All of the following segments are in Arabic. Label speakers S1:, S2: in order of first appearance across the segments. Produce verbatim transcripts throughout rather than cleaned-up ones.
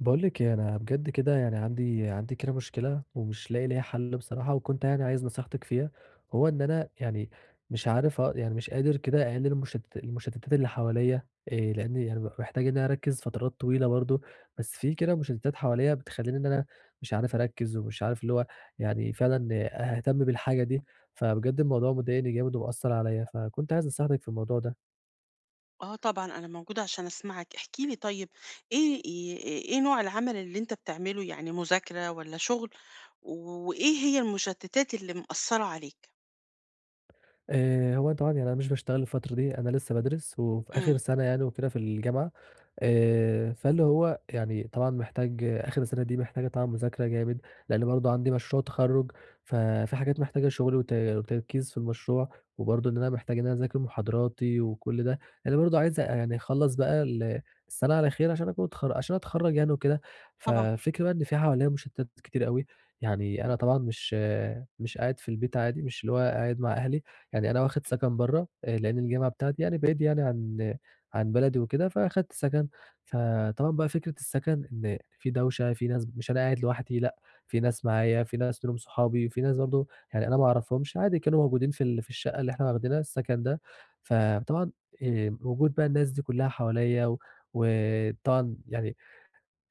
S1: باقول لِك إيه، أنا بجد كده يعني عندي عندي كده مشكلة ومش لاقي ليها حل بصراحة، وكنت يعني عايز نصيحتِك فيها، هو إن أنا يعني مش عارف أ يعني مش قادر كده أقلل المشتت المشتتات اللي حواليّا، آآ لإني يعني بابقى محتاج إن أنا أركّز فترات طويلة برضه، بس في كده مشتتات حواليّا بتخلّيني إن أنا مش عارف أركّز ومش عارف اللي هو يعني فعلًا أهتم بالحاجة دي، فبجد الموضوع مضايقني جامد ومأثّر عليّا، فكنت عايز نصيحتِك في الموضوع ده.
S2: آه، طبعًا، أنا موجودة عشان أسمعك، احكِ لي طيب. إيه ي إيه نوع العمل اللي أنت بتعمله، يعني مذاكرة والّا شغل؟ وإيه هي المشتتات اللي مأثّرة عليك؟
S1: آآ هو طبعًا يعني أنا مش باشتغل الفترة دي، أنا لسه بادرس وفي
S2: إمم.
S1: آخر سَنة يعني وكده في الجامعة. آآ، فاللي هو يعني طبعًا محتاج آخر السنة دي محتاجة طبعًا مذاكرة جامد، لإن برضه عندي مشروع تخرُّج، ففي حاجات محتاجة شغل وت وتركيز في المشروع، وبرضه إن أنا محتاج إن أنا أذاكر محاضراتي وكل ده، لإن برضه عايز أ- يعني أخلّص بقى ال السنة على خير عشان أكون اتخر عشان أتخرّج يعني وكده.
S2: طبعًا.
S1: فالفكرة بقى إن في حواليّا مشتتات كتير أوي، يعني أنا طبعًا مش آه، مش قاعد في البيت عادي، مش اللي هو قاعد مع أهلي، يعني أنا واخد سكن برّه، آآ، لإن الجامعة بتاعتي يعني بعيد يعني عن عن بلدي وكده، فأخدت سكن. فطبعًا بقى فكرة السكن إن في دوشة، في ناس مش أنا قاعد لوحدي لأ، في ناس معايا، في ناس منهم صحابي، وفي ناس برضه يعني أنا ما أعرفهمش عادي كانوا موجودين في ال في الشقة اللي إحنا واخدينها السكن ده، فطبعًا آآ وجود بقى الناس دي كلها حواليّا و وطبعًا يعني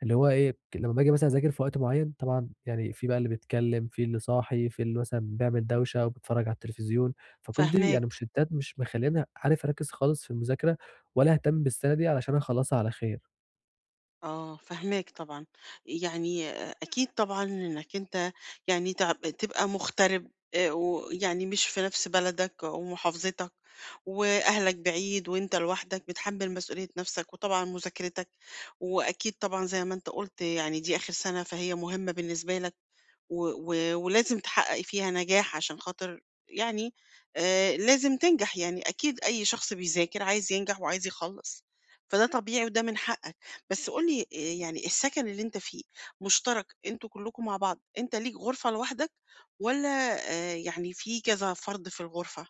S1: اللي هو إيه، لمّا باجي مثلًا أذاكر في وقت معين طبعًا يعني في بقى اللي بيتكلم، في اللي صاحي، في اللي مثلًا بيعمل دوشة وبيتفرج على التلفزيون، فكل دي يعني
S2: فاهماك.
S1: مشتتات مش مخلّياني عارف أركّز خالص في المذاكرة، ولا أهتم بالسنة دي علشان أخلّصها على خير.
S2: آه، فاهماك طبعًا. يعني آه، أكيد طبعًا إنك أنت يعني تع تبقى مُغترب، آآ، ويعني مش في نفس بلدك ومحافظتك، وأهلك بعيد وأنت لوحدك بتحمّل مسؤولية نفسك، وطبعًا مذاكرتك. وأكيد طبعًا زي ما أنت قُلت يعني دي آخر سنة فهي مهمة بالنسبة لك. و و ولازم تحقّقي فيها نجاح عشان خاطر، يعني آآ لازم تنجح، يعني أكيد أي شخص بيذاكر عايز ينجح وعايز يخلّص. فده طبيعي وده من حقّك. بس قُل لي، آآ يعني السكن اللي أنت فيه مشترك أنتم كلّكم مع بعض، أنت ليك غرفة لوحدك والّا آآ يعني في كذا فرد في الغرفة؟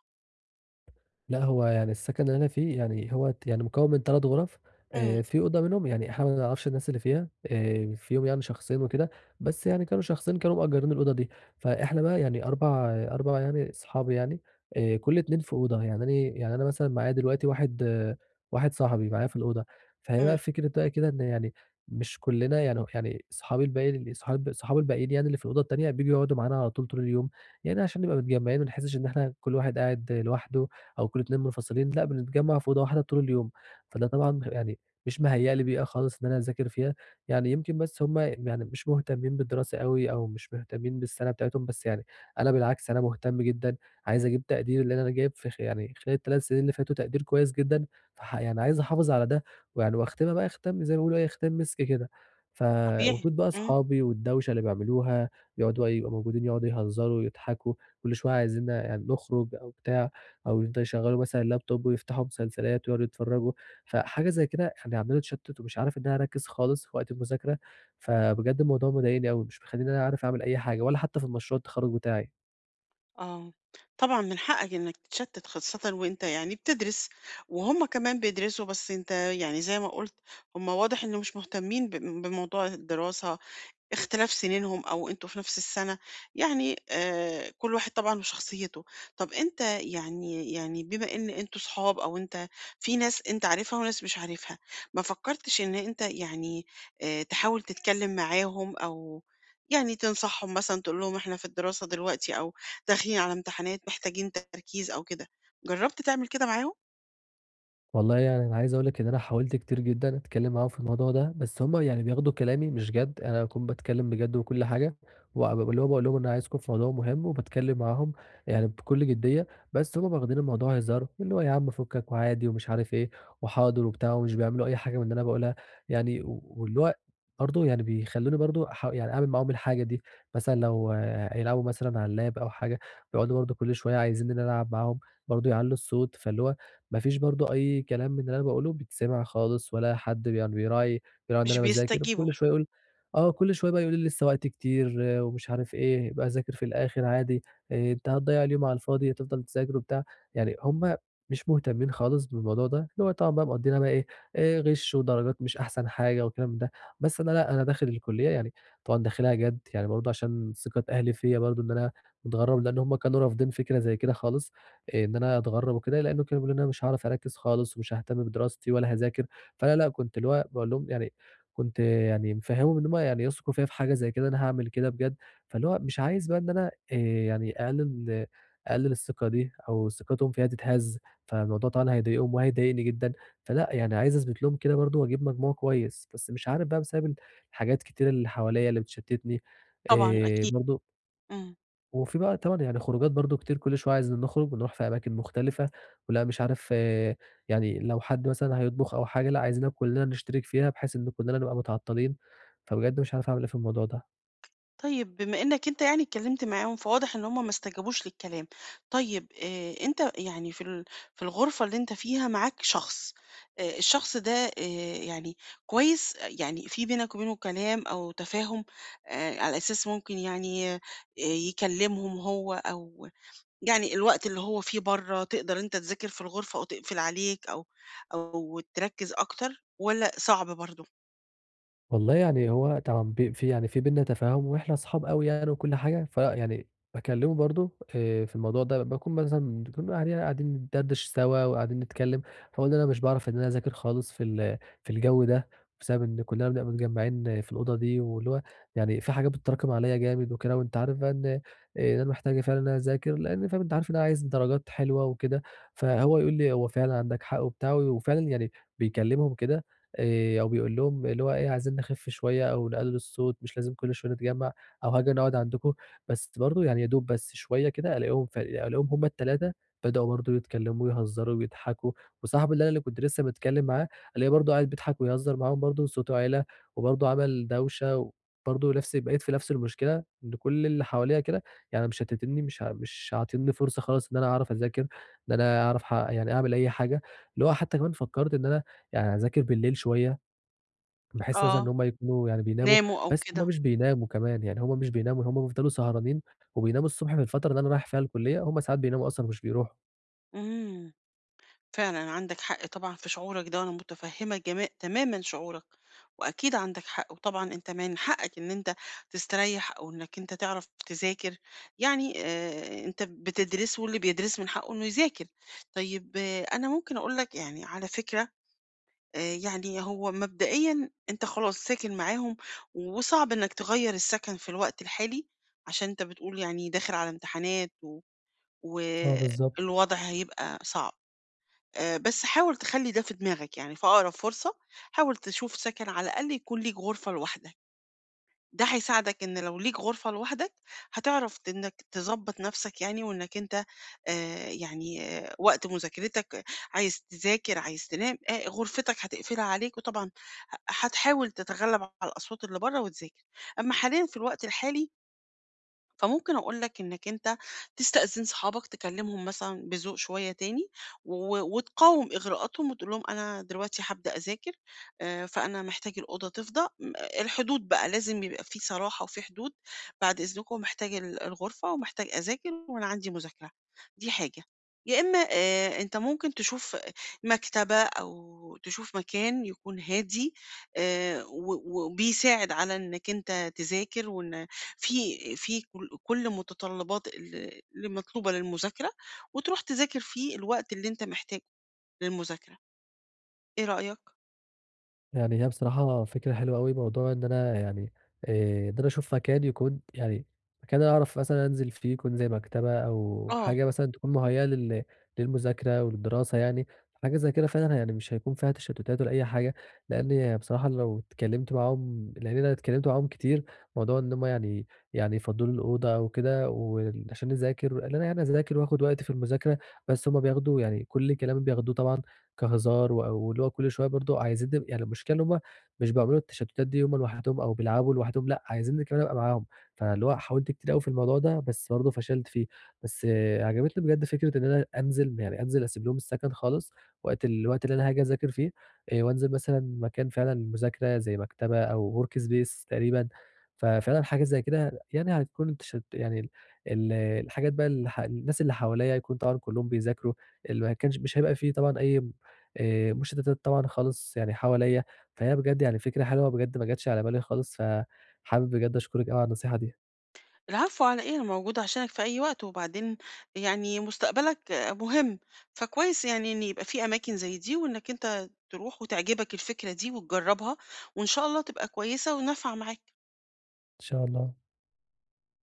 S1: لأ، هو يعني السكن اللي أنا فيه يعني هو ت يعني مكوّن من ثلاث غرف،
S2: إمم.
S1: آآ في أوضة منهم يعني إحنا ما نعرفش الناس اللي فيها، آآ فيهم يعني شخصين وكده، بس يعني كانوا شخصين كانوا مأجّرين الأوضة دي، فإحنا بقى يعني أربعة أربعة يعني أصحاب يعني، آآ كل اتنين في أوضة، يعني أنا يعني أنا مثلًا معايا دلوقتي واحد آه، واحد صاحبي معايا في الأوضة، فهي بقى
S2: إمم.
S1: فكرة بقى كده إن يعني مش كُلّنا يعني يعني صحابي الباقيين صحاب صحابي الباقيين يعني اللي في الأوضة التانية بييجوا يقعدوا معانا على طول، طول اليوم، يعني عشان نبقى متجمّعين ما نحسّش إن إحنا كل واحد قاعد لوحده أو كل اتنين منفصلين، لأ، بنتجمّع في أوضة واحدة طول اليوم، فده طبعًا يعني مش مهيّأ لي بيئة خالص إن أنا أذاكر فيها، يعني يمكن بس هُم يعني مش مهتمين بالدراسة أوي أو مش مهتمين بالسنة بتاعتهم، بس يعني أنا بالعكس أنا مهتم جدًا، عايز أجيب تقدير لإن أنا جايب في خ يعني خلال التلات سنين اللي فاتوا تقدير كويس جدًا، فح يعني عايز أحافظ على ده ويعني وأختمها بقى ختام زي ما بيقولوا إيه، ختام مسك كده.
S2: طبيعي.
S1: فوجود بقى
S2: إمم.
S1: أصحابي والدوشة اللي بيعملوها، يقعدوا بقى يبقوا موجودين يقعدوا يهزروا، يضحكوا، كل شوية عايزينّا يعني نخرج أو بتاع. أو يفضلوا يشغّلوا مثلًا اللابتوب ويفتحوا مسلسلات ويقعدوا يتفرّجوا، فحاجة زي كده يعني عمّال أتشتّت ومش عارف إن أنا أركّز خالص في وقت المذاكرة، فبجد الموضوع مضايقني أوي، مش مخلّيني أنا عارف أعمل أي حاجة ولا حتّى في مشروع التخرُّج بتاعي.
S2: آه، طبعًا من حقك إنك تتشتت، خاصةً وأنت يعني بتدرس، وهُم كمان بيدرسوا بس أنت يعني زي ما قُلت هُم واضح إنه مش مهتمين ب بموضوع الدراسة، اختلاف سنينهم أو أنتم في نفس السنة، يعني آآ كل واحد طبعًا وشخصيته. طَب أنت يعني يعني بما إن أنتم صحاب أو أنت في ناس أنت عارفها وناس مش عارفها، ما فكّرتش إن أنت يعني آآ تحاول تتكلّم معاهم أو يعني تنصحهم مثلًا تقول لهم إحنا في الدراسة دلوقتي أو داخلين على امتحانات محتاجين تركيز أو كده، جرّبت تعمل كده معاهم؟
S1: والله يعني أنا عايز أقول لك إن أنا حاولت كتير جدًا أتكلّم معاهم في الموضوع ده، بس هُم يعني بياخدوا كلامي مش جَد، أنا باكون باتكلّم بجد وكل حاجة، وب اللي هو باقول لهم ان أنا عايزكم في موضوع مهم وباتكلّم معاهم يعني بكل جدية، بس هُم واخدين الموضوع هزار، اللي هو يا عم فُكّك وعادي ومش عارف إيه، وحاضر وبتاع ومش بيعملوا أي حاجة من اللي أنا باقولها، يعني و- واللي هو برضه يعني بيخلّوني برضه أح يعني أعمل معاهم الحاجة دي، مثلًا لو آه، هيلعبوا مثلًا على اللاب أو حاجة، بيقعدوا برضه كل شوية عايزينّي إن أنا ألعب معاهم، برضه يعلّوا الصوت، فاللي هو ما فيش برضه أي كلام من اللي أنا باقوله بيتسمع خالص، ولا حد بي يعني بيراعي بيراعي إن
S2: مش
S1: أنا باذاكر،
S2: بيستجيبوا.
S1: فكل شوية يقول آه، كل شوية بقى يقول لي لسه وقت كتير آه، ومش عارف إيه، ابقى ذاكر في الآخر عادي، آآ أنت هتضيّع اليوم على الفاضي، هتفضل تذاكر وبتاع، يعني هُم مش مهتمين خالص بالموضوع ده، اللي هو طبعًا بقى مقضيينها بقى إيه، آآ غِش ودرجات مش أحسن حاجة والكلام من ده، بس أنا لأ، أنا داخل الكلية يعني طبعًا داخلها جَد، يعني برضه عشان ثقة أهلي فيّا برضه إن أنا متغرّب، لإن هُم كانوا رافضين فكرة زي كده خالص، إن أنا أتغرّب وكده، لإنه كانوا بيقولوا لي إن أنا مش هاعرف أركّز خالص ومش هاهتم بدراستي ولا هاذاكر، فأنا لأ، كنت اللي هو باقول لهم يعني كنت يعني مفهّمهم إن هُم يعني يثقوا فيّا في حاجة زي كده، أنا هاعمل كده بجد، فاللي هو مش عايز بقى إن أنا آآ يعني أقلِّل أقلِّل الثقة دي أو ثقتهم فيّا تتهز، فالموضوع طبعًا هيضايقهم وهيضايقني جدًا، فلأ، يعني عايز أثبت لهم كده برضه وأجيب مجموع كويس، بس مش عارف بقى بسبب الحاجات كتير اللي حواليّا اللي بتشتِّتني
S2: طبعًا
S1: آآ
S2: أكيد.
S1: برضه
S2: إمم.
S1: وفي بقى طبعًا يعني خروجات برضه كتير كل شوية عايزين نخرج ونروح في أماكن مختلفة، ولأ مش عارف آآ، يعني لو حد مثلًا هيطبخ أو حاجة لأ عايزينها كلنا نشترك فيها بحيث إن كلنا نبقى متعطلين، فبجد مش عارف أعمل إيه في الموضوع ده.
S2: طيب بما إنك أنت يعني اتكلمت معاهم، فواضح إن هم ما استجابوش للكلام. طيب، آآ أنت يعني في ال في الغرفة اللي أنت فيها معاك شخص، آآ الشخص ده آآ يعني كويس؟ يعني في بينك وبينه كلام أو تفاهم، آآ على أساس ممكن يعني آآ يكلمهم هو أو يعني الوقت اللي هو فيه برّه تقدر أنت تذاكر في الغرفة أو تقفل عليك أو أو تركّز أكتر والّا صعب برضه؟
S1: والله يعني هو طبعًا بي في يعني في بيننا تفاهم وإحنا أصحاب أوي يعني وكل حاجة، فيعني باكلمه برضه آآ في الموضوع ده، باكون مثلًا بنكون قاعدين قاعدين ندردش سوا وقاعدين نتكلم، فاقول له أنا مش باعرف إن أنا أذاكر خالص في ال في الجو ده، بسبب إن كلنا بنبقى متجمعين في الأوضة دي، واللي هو يعني في حاجات بتتراكم عليَّ جامد وكده، وأنت عارف بقى إن إن أنا محتاج فعلًا إن أنا أذاكر، لأن فاهم أنت عارف إن أنا عايز درجات حلوة وكده، فهو يقول لي: "هو فعلًا عندك حق." وبتاع، وفعلًا يعني بيكلمهم كده آآ أو بيقول لهم اللي هو إيه، عايزين نخِف شوية أو نقلِّل الصوت، مش لازم كل شوية نتجمّع أو هاجي نقعد عندكم، بس برضه يعني يا دوب بس شوية كده ألاقيهم ف ألاقيهم هم الثلاثة بدأوا برضه يتكلّموا ويهزّروا ويضحكوا، وصاحبي اللي أنا اللي كنت لسه متكلّم معاه، ألاقيه برضه قاعد بيضحك ويهزّر معاهم برضه وصوته عِلى وبرضه عمل دوشة وبرضه نفس بقيت في نفس المشكلة، إن كل اللي حواليّا كده يعني مشتّتينّي، مش ع مش عاطينّي فرصة خالص إن أنا أعرف أذاكر، إن أنا أعرف ح يعني أعمل أي حاجة، اللي هو حتّى كمان فكّرت إن أنا يعني أذاكر بالليل شوية، باحس مثلًا إن
S2: آه،
S1: هُم يكونوا يعني بيناموا،
S2: ناموا أو
S1: بس
S2: كده.
S1: هُم مش بيناموا كمان، يعني هُم مش بيناموا، هُم بيفضلوا سهرانين وبيناموا الصبح في الفترة اللي أنا رايح فيها الكُلّية، هُم ساعات بيناموا أصلًا ومش بيروحوا.
S2: إمم. فعلًا عندك حق طبعًا في شعورك ده، وأنا متفهمة جما تمامًا شعورك، وأكيد عندك حق، وطبعًا أنت من حقك إن أنت تستريح أو إنك أنت تعرف تذاكر، يعني آآ أنت بتدرس واللي بيدرس من حقه إنه يذاكر. طيب آه، أنا ممكن أقول لك يعني على فكرة، آآ يعني هو مبدئيًا أنت خلاص ساكن معاهم، وصعب إنك تغيّر السكن في الوقت الحالي، عشان أنت بتقول يعني داخل على امتحانات، و
S1: آه، بالضبط.
S2: والوضع هيبقى صعب. آآ، بس حاول تخلّي ده في دماغك، يعني في أقرب فرصة حاول تشوف سكن على الأقل يكون ليك غرفة لوحدك. ده هيساعدك إن لو ليك غرفة لوحدك، هتعرف ت إنك تضبّط نَفْسك، يعني وإنك أنت، آآ، يعني آه، وقت مذاكرتك، آه، عايز تذاكر، عايز تنام، آآ، غرفتك هتقفلها عليك وطبعًا ه هتحاول تتغلّب على الأصوات اللي برّه وتذاكر. أمّا حاليًا في الوقت الحالي، فممكن أقول لك إنك أنت تستأذن صحابك تكلمهم مثلًا بذوق شوية تاني، و وتقاوم إغراءاتهم وتقول لهم أنا دلوقتي هابدأ أذاكر، آآ، فأنا محتاج الأوضة تفضى، م الحدود بقى لازم يبقى في صراحة وفي حدود، بعد إذنكم محتاج ال الغرفة ومحتاج أذاكر وأنا عندي مذاكرة، دي حاجة. يا إما آآ، أنت ممكن تشوف مكتبة أو تشوف مكان يكون هادي، آآ، و وبيساعد على إنك أنت تذاكر وإن في في كل كل متطلبات ال- اللي مطلوبة للمذاكرة، وتروح تذاكر فيه الوقت اللي انت محتاجه للمذاكرة. ايه رأيك؟
S1: يعني هي بصراحة فكرة حلوة أوي، موضوع إن أنا يعني آآ، إن أنا أشوف مكان يكون يعني مكان أنا أعرف مثلًا أنزل فيه يكون زي مكتبة أو
S2: اه،
S1: حاجة مثلًا تكون مُهيّأة لل للمذاكرة وللدراسة يعني، حاجة زي كده فعلًا يعني مش هيكون فيها تشتُّتات ولا أي حاجة، لإن بصراحة لو اتكلّمت معاهم لإن أنا اتكلّمت معاهم كتير، موضوع إن هُم يعني يعني يفضّلوا لي الأوضة أو كده وال عشان نذاكر، لإن أنا يعني أذاكر وآخُد وقتي في المذاكرة، بس هُم بياخدوا يعني كل كلامي بياخدوه طبعًا كهزار و واللي هو كل شوية برضه عايزينّي يعني المشكلة إن هُم مش بيعملوا التشتتات دي هُم لوحدهم أو بيلعبوا لوحدهم لأ، عايزينّي كمان أبقى معاهم، فاللي هو حاولت كتير أوي في الموضوع ده، بس برضه فشلت فيه. بس آه، عجبتني بجد فكرة إن أنا أنزل يعني أنزل أسيب لهم السكن خالص وقت الوقت اللي أنا هاجي أذاكر فيه، آآ وأنزل مثلًا مكان فعلًا مذاكرة زي مكتبة أو work space تقريبًا، ففعلًا حاجة زي كده يعني هتكون التشت يعني ال ال- الحاجات بقى الح الناس اللي حواليّا هيكون طبعًا كلّهم بيذاكروا، اللي ما كانش مش هيبقى في طبعًا أي آآ مشتتات طبعًا خالص يعني حواليّا، فهي بجد يعني فكرة حلوة بجد ما جاتش على بالي خالص، فحابب بجد أشكرِك أوي على النصيحة دي.
S2: العفو على ايه، انا موجودة عشانك في اي وقت. وبعدين يعني مستقبلك آه، مهم، فكويس يعني ان يبقى في اماكن زي دي وانك انت تروح وتعجبك الفكرة دي وتجربها، وان شاء الله تبقى كويسة ونافعة معاك.
S1: إن شاء الله.